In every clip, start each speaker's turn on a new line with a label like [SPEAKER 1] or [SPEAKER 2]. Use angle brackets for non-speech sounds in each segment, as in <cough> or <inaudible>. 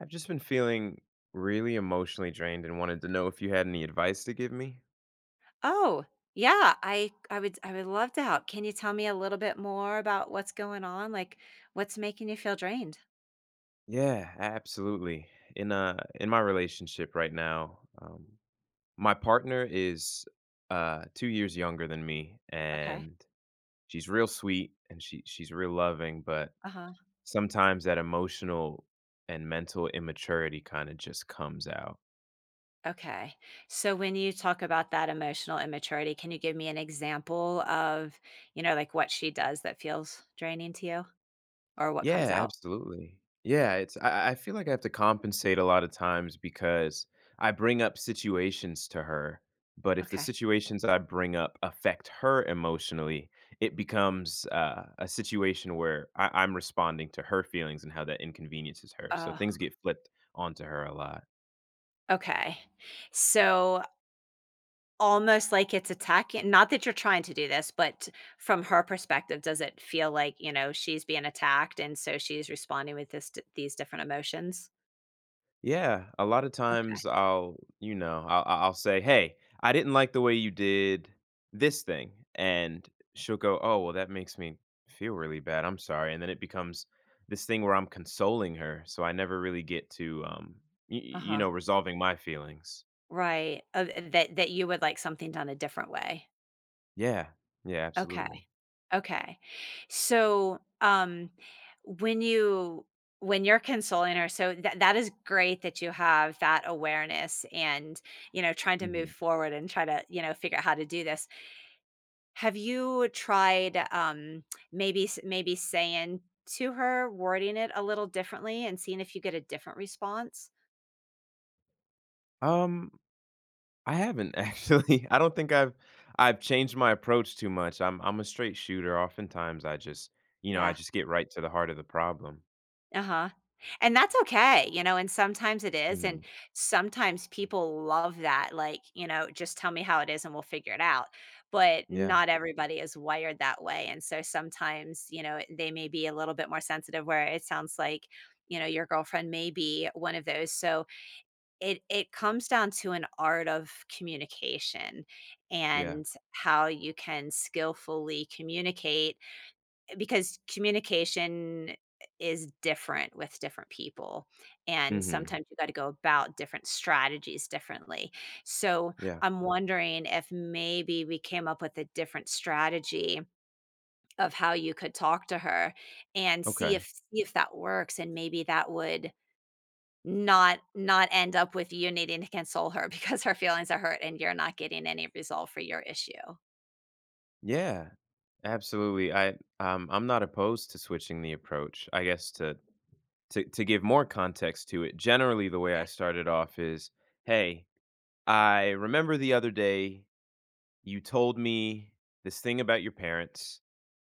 [SPEAKER 1] I've just been feeling really emotionally drained and wanted to know if you had any advice to give me.
[SPEAKER 2] Oh, yeah, I would love to help. Can you tell me a little bit more about what's going on? Like, what's making you feel drained?
[SPEAKER 1] Yeah, absolutely. In my relationship right now, my partner is 2 years younger than me,
[SPEAKER 2] Okay.
[SPEAKER 1] and she's real sweet, and she's real loving. But
[SPEAKER 2] Uh-huh.
[SPEAKER 1] sometimes that emotional and mental immaturity kind of just comes out.
[SPEAKER 2] Okay. So when you talk about that emotional immaturity, can you give me an example of, you know, like what she does that feels draining to you or what comes
[SPEAKER 1] Yeah,
[SPEAKER 2] out?
[SPEAKER 1] absolutely. Yeah, it's I feel like I have to compensate a lot of times because I bring up situations to her, but if the
[SPEAKER 2] Okay.
[SPEAKER 1] situations I bring up affect her emotionally, it becomes, a situation where I'm responding to her feelings and how that inconveniences her, so things
[SPEAKER 2] Oh,
[SPEAKER 1] get flipped onto her a lot.
[SPEAKER 2] okay. So almost like it's attacking, not that you're trying to do this, but from her perspective, does it feel like, you know, she's being attacked and so she's responding with this these different emotions?
[SPEAKER 1] Yeah, a lot of
[SPEAKER 2] Okay.
[SPEAKER 1] times I'll, you know, I'll say, "Hey, I didn't like the way you did this thing," and she'll go, "Oh, well, that makes me feel really bad. I'm sorry." And then it becomes this thing where I'm consoling her, so I never really get to, um, y y you
[SPEAKER 2] Uh-huh.
[SPEAKER 1] know, resolving my feelings.
[SPEAKER 2] Right. That you would like something done a different way.
[SPEAKER 1] Yeah, yeah,
[SPEAKER 2] Okay,
[SPEAKER 1] absolutely.
[SPEAKER 2] okay. So, when you when you're consoling her, so that that is great that you have that awareness and, you know, trying to move
[SPEAKER 1] Mhm.
[SPEAKER 2] forward and try to, you know, figure out how to do this. Have you tried, maybe s maybe saying to her, wording it a little differently and seeing if you get a different response?
[SPEAKER 1] Um, I haven't actually. <laughs> I don't think I've changed my approach too much. I'm a straight shooter. Oftentimes, I just, you know, I
[SPEAKER 2] Yeah,
[SPEAKER 1] just get right to the heart of the problem.
[SPEAKER 2] uh-huh, and that's okay, you know, and sometimes it is, and
[SPEAKER 1] Mhm.
[SPEAKER 2] sometimes people love that, like, you know, "Just tell me how it is and we'll figure it out," but
[SPEAKER 1] Yeah,
[SPEAKER 2] not everybody is wired that way, and so sometimes, you know, they may be a little bit more sensitive where it sounds like, you know, your girlfriend may be one of those. So it comes down to an art of communication
[SPEAKER 1] yeah.
[SPEAKER 2] and how you can skillfully communicate, because communication is different with different people, and
[SPEAKER 1] Mhm.
[SPEAKER 2] sometimes you gotta go about different strategies differently. So,
[SPEAKER 1] Yeah.
[SPEAKER 2] I'm wondering if maybe we came up with a different strategy of how you could talk to her and see
[SPEAKER 1] Okay.
[SPEAKER 2] if see if that works, and maybe that would not end up with you needing to console her <laughs> because her feelings are hurt and you're not getting any resolve for your issue.
[SPEAKER 1] Yeah, absolutely. I'm not opposed to switching the approach. I guess to give more context to it, generally the way I
[SPEAKER 2] Okay.
[SPEAKER 1] started off is, "Hey, I remember the other day you told me this thing about your parents,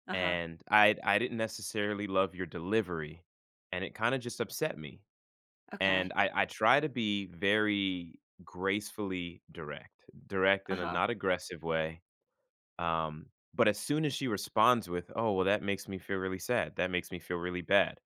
[SPEAKER 2] Uh-huh.
[SPEAKER 1] and I didn't necessarily love your delivery, and it kind of just upset me." And
[SPEAKER 2] Okay.
[SPEAKER 1] I try to be very gracefully direct, direct in a
[SPEAKER 2] Uh-huh.
[SPEAKER 1] not aggressive way. Um, but as soon as she responds with, "Oh, well, that makes me feel really sad. That makes me feel really bad.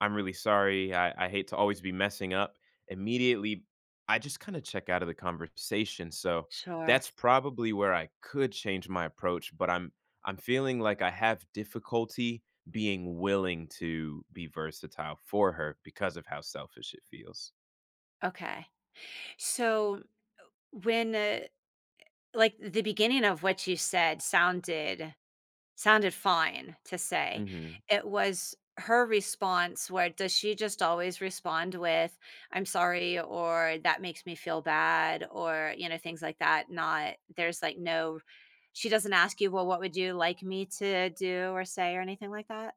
[SPEAKER 1] I'm really sorry. I hate to always be messing up." Immediately, I just kind of check out of the conversation. So
[SPEAKER 2] Sure.
[SPEAKER 1] that's probably where I could change my approach. But I'm feeling like I have difficulty being willing to be versatile for her because of how selfish it feels.
[SPEAKER 2] Okay. So when, like the beginning of what you said sounded fine to say. It was her response, where, does she just always respond with, "I'm sorry," or "That makes me feel bad," or, you know, things like that? Not, there's, like, no, she doesn't ask you, "Well, what would you like me to do or say?" or anything like that?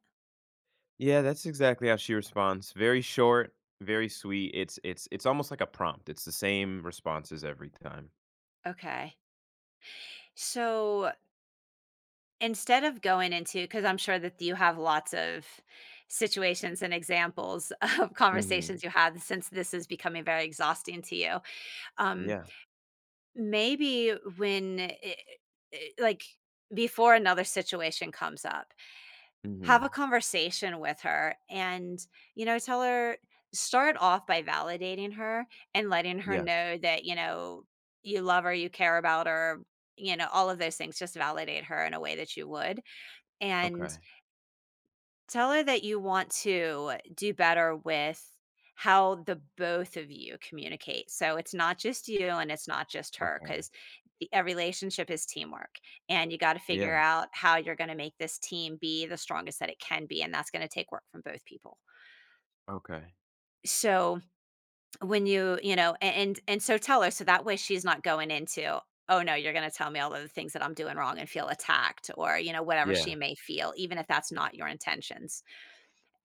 [SPEAKER 1] Yeah, that's exactly how she responds. Very short, very sweet. It's almost like a prompt. It's the same responses every time.
[SPEAKER 2] Okay. So, instead of going into, because 'cause I'm sure that you have lots of situations and examples <laughs> of
[SPEAKER 1] Mhm.
[SPEAKER 2] conversations you had since this is becoming very exhausting to you. um
[SPEAKER 1] Yeah.
[SPEAKER 2] Maybe when it like, before another situation comes up, have a
[SPEAKER 1] Mhm.
[SPEAKER 2] conversation with her and, you know, tell her, start off by validating her and letting her
[SPEAKER 1] Yeah.
[SPEAKER 2] know that, you know, you love her, you care about her, you know, all of those things, just validate her in a way that you would. And
[SPEAKER 1] Okay.
[SPEAKER 2] tell her that you want to do better with how the both of you communicate. So it's not just you and it's not just her,
[SPEAKER 1] Okay.
[SPEAKER 2] because a relationship is teamwork. And you got to figure
[SPEAKER 1] Yeah.
[SPEAKER 2] out how you're going to make this team be the strongest that it can be. And that's going to take work from both people.
[SPEAKER 1] Okay.
[SPEAKER 2] So when you know, and so tell her, so that way she's not going into, "Oh no, you're going to tell me all of the things that I'm doing wrong," and feel attacked, or, you know, whatever
[SPEAKER 1] Yeah.
[SPEAKER 2] she may feel, even if that's not your intentions.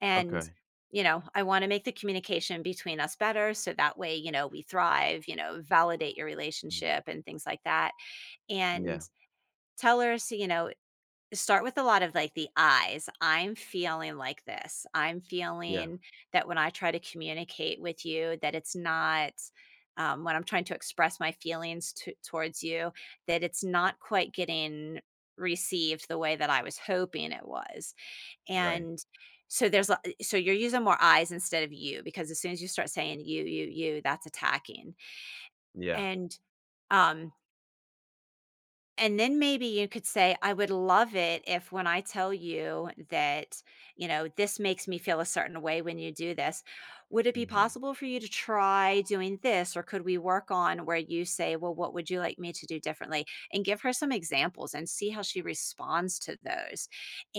[SPEAKER 2] And,
[SPEAKER 1] Okay.
[SPEAKER 2] you know, I want to make the communication between us better so that way, you know, we thrive, you know, validate your
[SPEAKER 1] Mhm.
[SPEAKER 2] relationship and things like that.
[SPEAKER 1] Yeah.
[SPEAKER 2] And tell her, so, you know, start with a lot of like the eyes. I'm feeling like this, I'm
[SPEAKER 1] Yeah.
[SPEAKER 2] feeling that, when I try to communicate with you, that it's not, when I'm trying to express my feelings to towards you, that it's not quite getting received the way that I was hoping it was.
[SPEAKER 1] Right.
[SPEAKER 2] And so there's a, so you're using more "I's" instead of "you," because as soon as you start saying "you, you, you," that's attacking.
[SPEAKER 1] Yeah.
[SPEAKER 2] And, um and then maybe you could say, "I would love it if when I tell you that, you know, this makes me feel a certain way when you do this, would it be
[SPEAKER 1] Mhm.
[SPEAKER 2] possible for you to try doing this? Or could we work on where you say, well, what would you like me to do differently?" And give her some examples and see how she responds to those.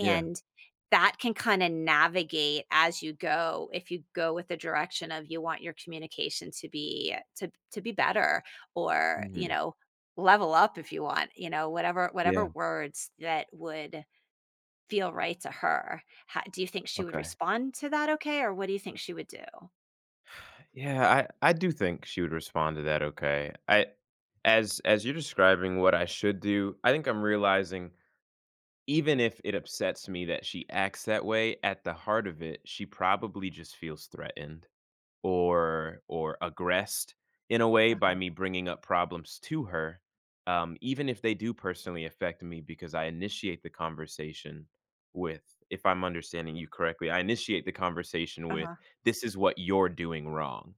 [SPEAKER 1] Yeah.
[SPEAKER 2] that can kind of navigate as you go, if you go with the direction of you want your communication to be to be better, or, you
[SPEAKER 1] Mhm.
[SPEAKER 2] know, level up if you want, you know, whatever
[SPEAKER 1] Yeah.
[SPEAKER 2] words that would feel right to her. Ho do you think she would
[SPEAKER 1] Okay.
[SPEAKER 2] respond to that okay, or what do you think she would do?
[SPEAKER 1] Yeah, I do think she would respond to that okay. I as you're describing what I should do, I think I'm realizing, even if it upsets me that she acts that way, at the heart of it, she probably just feels threatened, or aggressed in a way by
[SPEAKER 2] Uh-huh,
[SPEAKER 1] me bringing up problems to her, even if they do personally affect me, because I initiate the conversation with, if I'm understanding you correctly, I initiate the conversation with,
[SPEAKER 2] uh-huh.
[SPEAKER 1] "This is what you're doing wrong,"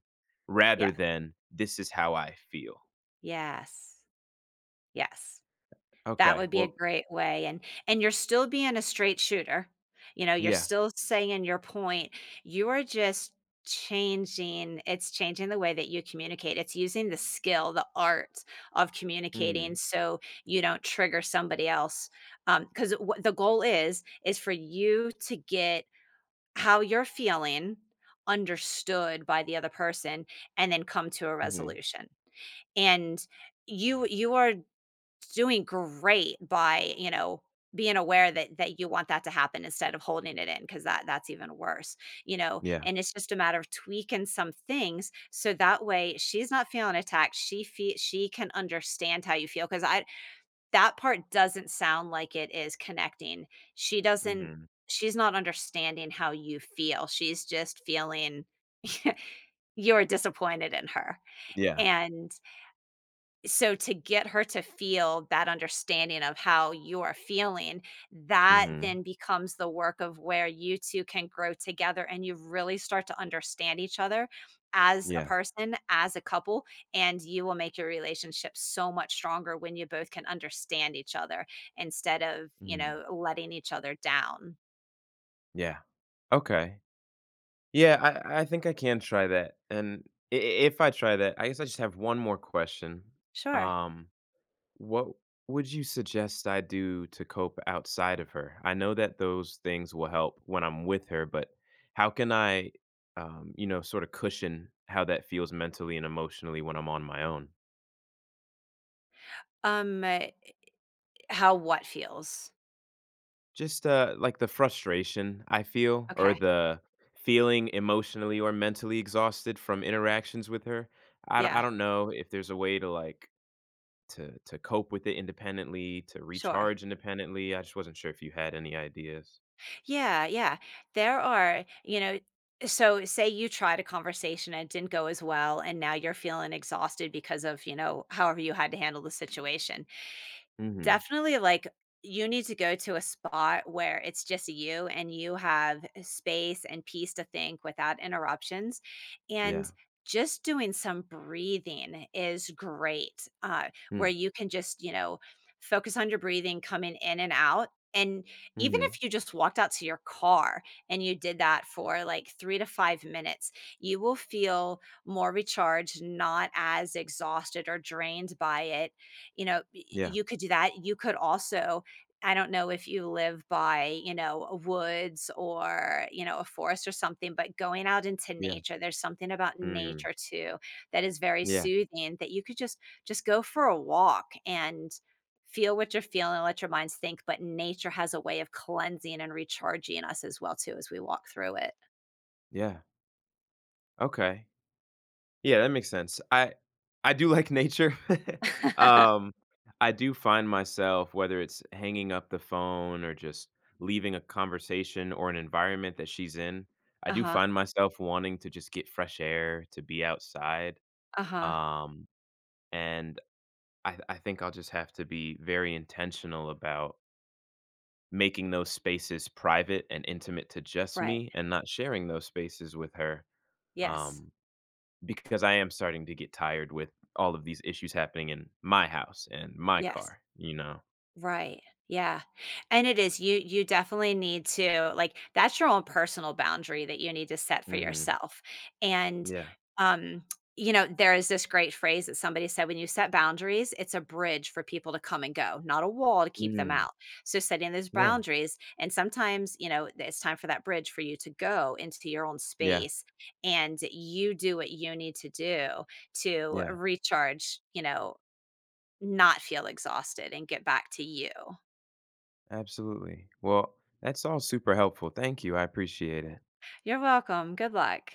[SPEAKER 1] rather
[SPEAKER 2] Yeah.
[SPEAKER 1] than, "This is how I feel."
[SPEAKER 2] Yes. Yes. That
[SPEAKER 1] Okay,
[SPEAKER 2] would be a
[SPEAKER 1] well,
[SPEAKER 2] great way, and you're still being a straight shooter, you know, you're
[SPEAKER 1] yeah.
[SPEAKER 2] still saying your point, you are just changing it's changing the way that you communicate, it's using the skill, the art of communicating
[SPEAKER 1] Mhm,
[SPEAKER 2] so you don't trigger somebody else. Because what the goal is for you to get how you're feeling understood by the other person and then come to a
[SPEAKER 1] mhm,
[SPEAKER 2] resolution, and you are doing great by, you know, being aware that that you want that to happen instead of holding it in, because that that's even worse, you know,
[SPEAKER 1] yeah,
[SPEAKER 2] and it's just a matter of tweaking some things so that way she's not feeling attacked. She can understand how you feel. Because I That part doesn't sound like it is connecting. She doesn't,
[SPEAKER 1] mhm,
[SPEAKER 2] she's not understanding how you feel. She's just feeling <laughs> you're disappointed in her.
[SPEAKER 1] yeah,
[SPEAKER 2] And so to get her to feel that understanding of how you are feeling, that
[SPEAKER 1] mhm.
[SPEAKER 2] then becomes the work of where you 2 can grow together and you really start to understand each other as a
[SPEAKER 1] Yeah.
[SPEAKER 2] person, as a couple, and you will make your relationship so much stronger when you both can understand each other instead of, you
[SPEAKER 1] Mm.
[SPEAKER 2] know, letting each other down.
[SPEAKER 1] Yeah. Okay. Yeah, I think I can try that. And I if I try that, I guess I just have one more question.
[SPEAKER 2] Sure.
[SPEAKER 1] Um, what would you suggest I do to cope outside of her? I know that those things will help when I'm with her, but how can I, sort of cushion how that feels mentally and emotionally when I'm on my own?
[SPEAKER 2] Um, uh, how what feels?
[SPEAKER 1] Just, like, the frustration I feel
[SPEAKER 2] Okay.
[SPEAKER 1] or the feeling emotionally or mentally exhausted from interactions with her. I don't I
[SPEAKER 2] Yeah,
[SPEAKER 1] don't know if there's a way to, like, to cope with it independently, to
[SPEAKER 2] sure.
[SPEAKER 1] recharge independently. I just wasn't sure if you had any ideas.
[SPEAKER 2] Yeah, yeah. There are, you know, so say you tried a conversation and it didn't go as well, and now you're feeling exhausted because of, you know, however you had to handle the situation.
[SPEAKER 1] Mhm.
[SPEAKER 2] Definitely, like, you need to go to a spot where it's just you and you have space and peace to think without interruptions, and
[SPEAKER 1] Yeah.
[SPEAKER 2] just doing some breathing is great, where
[SPEAKER 1] Mm.
[SPEAKER 2] you can just, you know, focus on your breathing coming in and out, and even
[SPEAKER 1] Mhm.
[SPEAKER 2] if you just walked out to your car and you did that for, like, 3 to 5 minutes, you will feel more recharged, not as exhausted or drained by it, you know, y
[SPEAKER 1] Yeah.
[SPEAKER 2] you could do that. You could also, I don't know if you live by, you know, a woods or, you know, a forest or something, but going out into
[SPEAKER 1] Yeah.
[SPEAKER 2] nature, there's something about
[SPEAKER 1] Mm.
[SPEAKER 2] nature too that is very
[SPEAKER 1] Yeah.
[SPEAKER 2] soothing that you could just go for a walk and feel what you're feeling, let your minds think, but nature has a way of cleansing and recharging us as well too as we walk through it.
[SPEAKER 1] Yeah. Okay. Yeah, that makes sense. I do like nature. <laughs>
[SPEAKER 2] <laughs>
[SPEAKER 1] um, I do find myself, whether it's hanging up the phone or just leaving a conversation or an environment that she's in, I do
[SPEAKER 2] Uh-huh,
[SPEAKER 1] find myself wanting to just get fresh air, to be outside.
[SPEAKER 2] uh-huh,
[SPEAKER 1] Um, and I think I'll just have to be very intentional about making those spaces private and intimate to just
[SPEAKER 2] right.
[SPEAKER 1] me and not sharing those spaces with her.
[SPEAKER 2] Yes,
[SPEAKER 1] Um, because I am starting to get tired with all of these issues happening in my house and my
[SPEAKER 2] yes.
[SPEAKER 1] car, you know?
[SPEAKER 2] Right. Yeah. And it is, you definitely need to, like, that's your own personal boundary that you need to set for
[SPEAKER 1] Mhm.
[SPEAKER 2] yourself. And
[SPEAKER 1] Yeah.
[SPEAKER 2] um you know, there is this great phrase that somebody said: when you set boundaries, it's a bridge for people to come and go, not a wall to keep them
[SPEAKER 1] Mhm.
[SPEAKER 2] out. So setting those
[SPEAKER 1] Yeah.
[SPEAKER 2] boundaries, and sometimes, you know, it's time for that bridge for you to go into your own
[SPEAKER 1] Yeah.
[SPEAKER 2] space and you do what you need to do to
[SPEAKER 1] Yeah.
[SPEAKER 2] recharge, you know, not feel exhausted and get back to you.
[SPEAKER 1] Absolutely. Well, that's all super helpful. Thank you. I appreciate it.
[SPEAKER 2] You're welcome. Good luck.